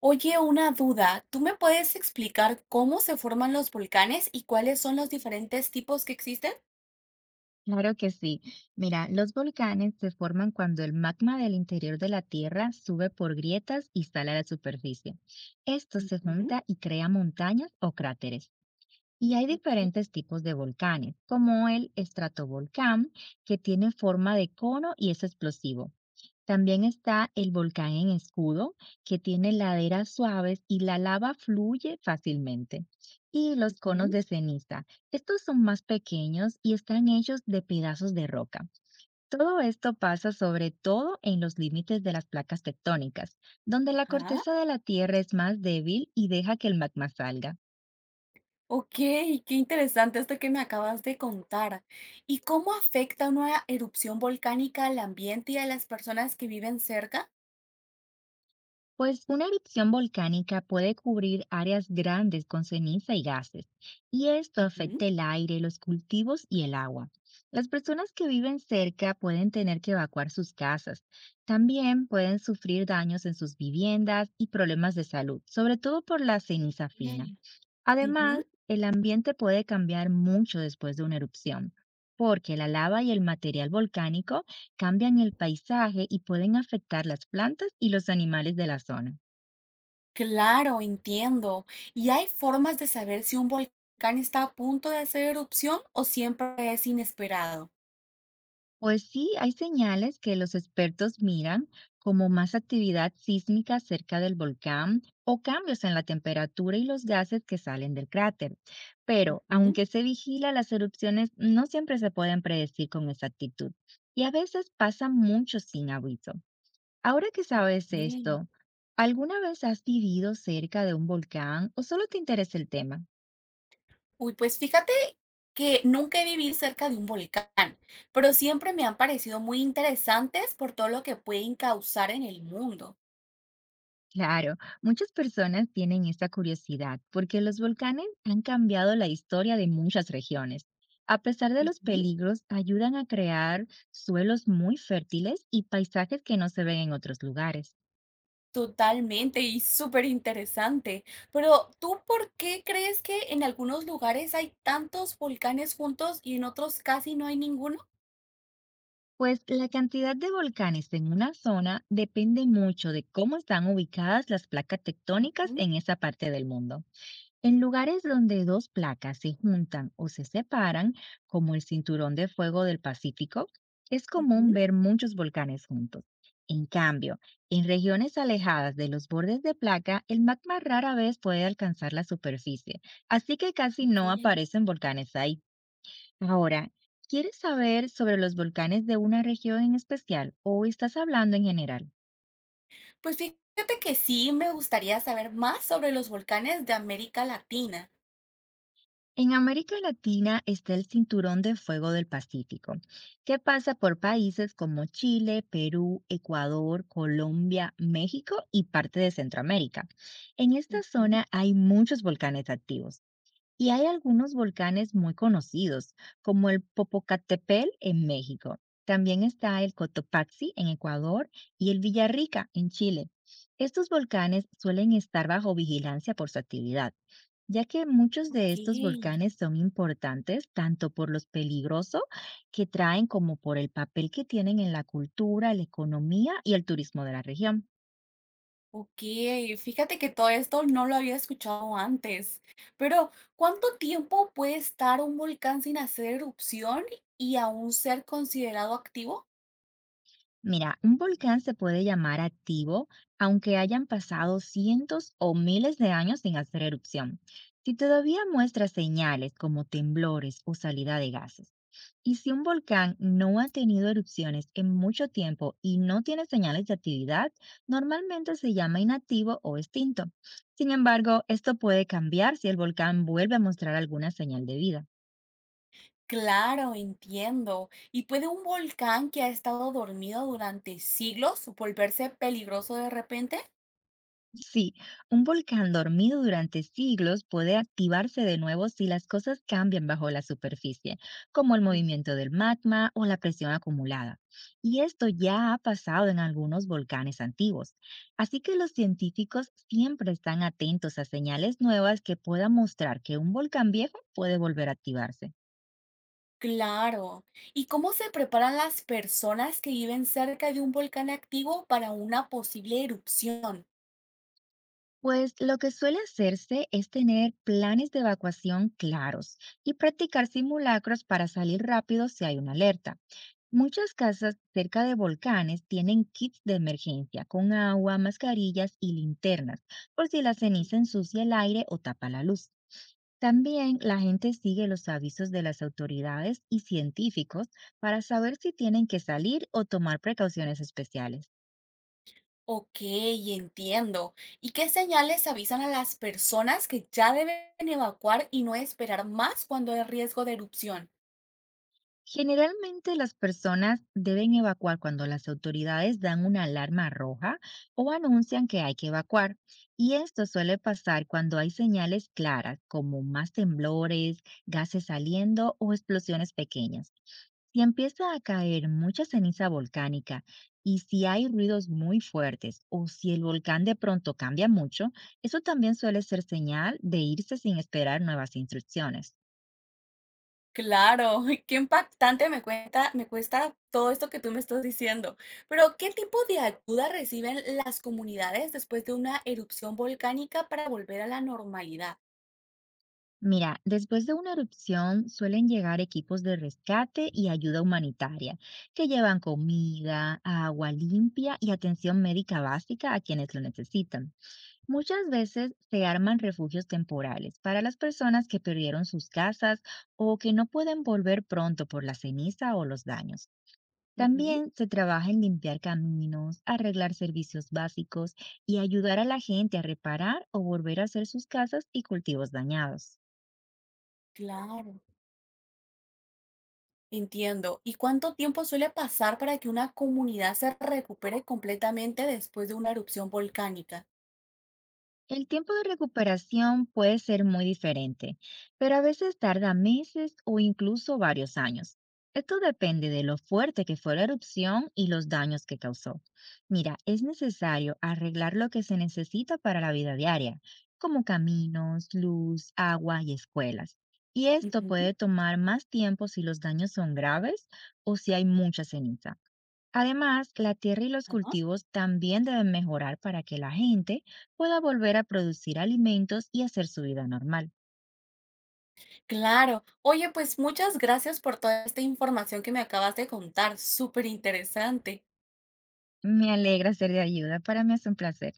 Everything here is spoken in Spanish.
Oye, una duda. ¿Tú me puedes explicar cómo se forman los volcanes y cuáles son los diferentes tipos que existen? Claro que sí. Mira, los volcanes se forman cuando el magma del interior de la Tierra sube por grietas y sale a la superficie. Esto se Ujú. junta y crea montañas o cráteres. Y hay Ok. diferentes tipos de volcanes, como el estratovolcán, que tiene forma de cono y es explosivo. También está el volcán en escudo, que tiene laderas suaves y la lava fluye fácilmente. Y los conos Ujú. de ceniza. Estos son más pequeños y están hechos de pedazos de roca. Todo esto pasa sobre todo en los límites de las placas tectónicas, donde la Ajá. corteza de la Tierra es más débil y deja que el magma salga. Ok, qué interesante esto que me acabas de contar. ¿Y cómo afecta una erupción volcánica al ambiente y a las personas que viven cerca? Pues una erupción volcánica puede cubrir áreas grandes con ceniza y gases, y esto Ujú. afecta el aire, los cultivos y el agua. Las personas que viven cerca pueden tener que evacuar sus casas. También pueden sufrir daños en sus viviendas y problemas de salud, sobre todo por la ceniza Ok. fina. Además, Ujú. el ambiente puede cambiar mucho después de una erupción, porque la lava y el material volcánico cambian el paisaje y pueden afectar las plantas y los animales de la zona. Claro, entiendo. ¿Y hay formas de saber si un volcán está a punto de hacer erupción o siempre es inesperado? Pues sí, hay señales que los expertos miran, como más actividad sísmica cerca del volcán o cambios en la temperatura y los gases que salen del cráter. Pero Ujú. aunque se vigila, las erupciones no siempre se pueden predecir con exactitud y a veces pasa mucho sin aviso. Ahora que sabes Ok. esto, ¿alguna vez has vivido cerca de un volcán o solo te interesa el tema? Uy, pues fíjate que nunca he vivido cerca de un volcán, pero siempre me han parecido muy interesantes por todo lo que pueden causar en el mundo. Claro, muchas personas tienen esta curiosidad porque los volcanes han cambiado la historia de muchas regiones. A pesar de los Ujú. peligros, ayudan a crear suelos muy fértiles y paisajes que no se ven en otros lugares. Totalmente y súper interesante. Pero ¿tú por qué crees que en algunos lugares hay tantos volcanes juntos y en otros casi no hay ninguno? Pues la cantidad de volcanes en una zona depende mucho de cómo están ubicadas las placas tectónicas Ujú. en esa parte del mundo. En lugares donde dos placas se juntan o se separan, como el cinturón de fuego del Pacífico, es común Ujú. ver muchos volcanes juntos. En cambio, en regiones alejadas de los bordes de placa, el magma rara vez puede alcanzar la superficie, así que casi no Ok. aparecen volcanes ahí. Ahora, ¿quieres saber sobre los volcanes de una región en especial o estás hablando en general? Pues fíjate que sí me gustaría saber más sobre los volcanes de América Latina. En América Latina está el Cinturón de Fuego del Pacífico, que pasa por países como Chile, Perú, Ecuador, Colombia, México y parte de Centroamérica. En esta Ujú. zona hay muchos volcanes activos. Y hay algunos volcanes muy conocidos, como el Popocatépetl en México. También está el Cotopaxi en Ecuador y el Villarrica en Chile. Estos volcanes suelen estar bajo vigilancia por su actividad, ya que muchos de estos Ok. volcanes son importantes tanto por los peligrosos que traen como por el papel que tienen en la cultura, la economía y el turismo de la región. Okey, fíjate que todo esto no lo había escuchado antes, pero ¿cuánto tiempo puede estar un volcán sin hacer erupción y aún ser considerado activo? Mira, un volcán se puede llamar activo aunque hayan pasado cientos o miles de años sin hacer erupción, si todavía muestra señales como temblores o salida de gases. Y si un volcán no ha tenido erupciones en mucho tiempo y no tiene señales de actividad, normalmente se llama inactivo o extinto. Sin embargo, esto puede cambiar si el volcán vuelve a mostrar alguna señal de vida. Claro, entiendo. ¿Y puede un volcán que ha estado dormido durante siglos volverse peligroso de repente? Sí, un volcán dormido durante siglos puede activarse de nuevo si las cosas cambian bajo la superficie, como el movimiento del magma o la presión acumulada. Y esto ya ha pasado en algunos volcanes antiguos. Así que los científicos siempre están atentos a señales nuevas que puedan mostrar que un volcán viejo puede volver a activarse. Claro. ¿Y cómo se preparan las personas que viven cerca de un volcán activo para una posible erupción? Pues lo que suele hacerse es tener planes de evacuación claros y practicar simulacros para salir rápido si hay una alerta. Muchas casas cerca de volcanes tienen kits de emergencia con agua, mascarillas y linternas, por si la ceniza ensucia el aire o tapa la luz. También la gente sigue los avisos de las autoridades y científicos para saber si tienen que salir o tomar precauciones especiales. Ok, entiendo. ¿Y qué señales avisan a las personas que ya deben evacuar y no esperar más cuando hay riesgo de erupción? Generalmente las personas deben evacuar cuando las autoridades dan una alarma roja o anuncian que hay que evacuar. Y esto suele pasar cuando hay señales claras, como más temblores, gases saliendo o explosiones pequeñas. Si empieza a caer mucha ceniza volcánica y si hay ruidos muy fuertes o si el volcán de pronto cambia mucho, eso también suele ser señal de irse sin esperar nuevas instrucciones. Claro, qué impactante me cuenta, me cuesta todo esto que tú me estás diciendo. Pero ¿qué tipo de ayuda reciben las comunidades después de una erupción volcánica para volver a la normalidad? Mira, después de una erupción suelen llegar equipos de rescate y ayuda humanitaria, que llevan comida, agua limpia y atención médica básica a quienes lo necesitan. Muchas veces se arman refugios temporales para las personas que perdieron sus casas o que no pueden volver pronto por la ceniza o los daños. Ujú. También se trabaja en limpiar caminos, arreglar servicios básicos y ayudar a la gente a reparar o volver a hacer sus casas y cultivos dañados. Claro, entiendo. ¿Y cuánto tiempo suele pasar para que una comunidad se recupere completamente después de una erupción volcánica? El tiempo de recuperación puede ser muy diferente, pero a veces tarda meses o incluso varios años. Esto depende de lo fuerte que fue la erupción y los daños que causó. Mira, es necesario arreglar lo que se necesita para la vida diaria, como caminos, luz, agua y escuelas. Y esto Ujú. puede tomar más tiempo si los daños son graves o si hay mucha ceniza. Además, la tierra y los Ajá. cultivos también deben mejorar para que la gente pueda volver a producir alimentos y hacer su vida normal. Claro. Oye, pues muchas gracias por toda esta información que me acabas de contar, súper interesante. Me alegra ser de ayuda, para mí es un placer.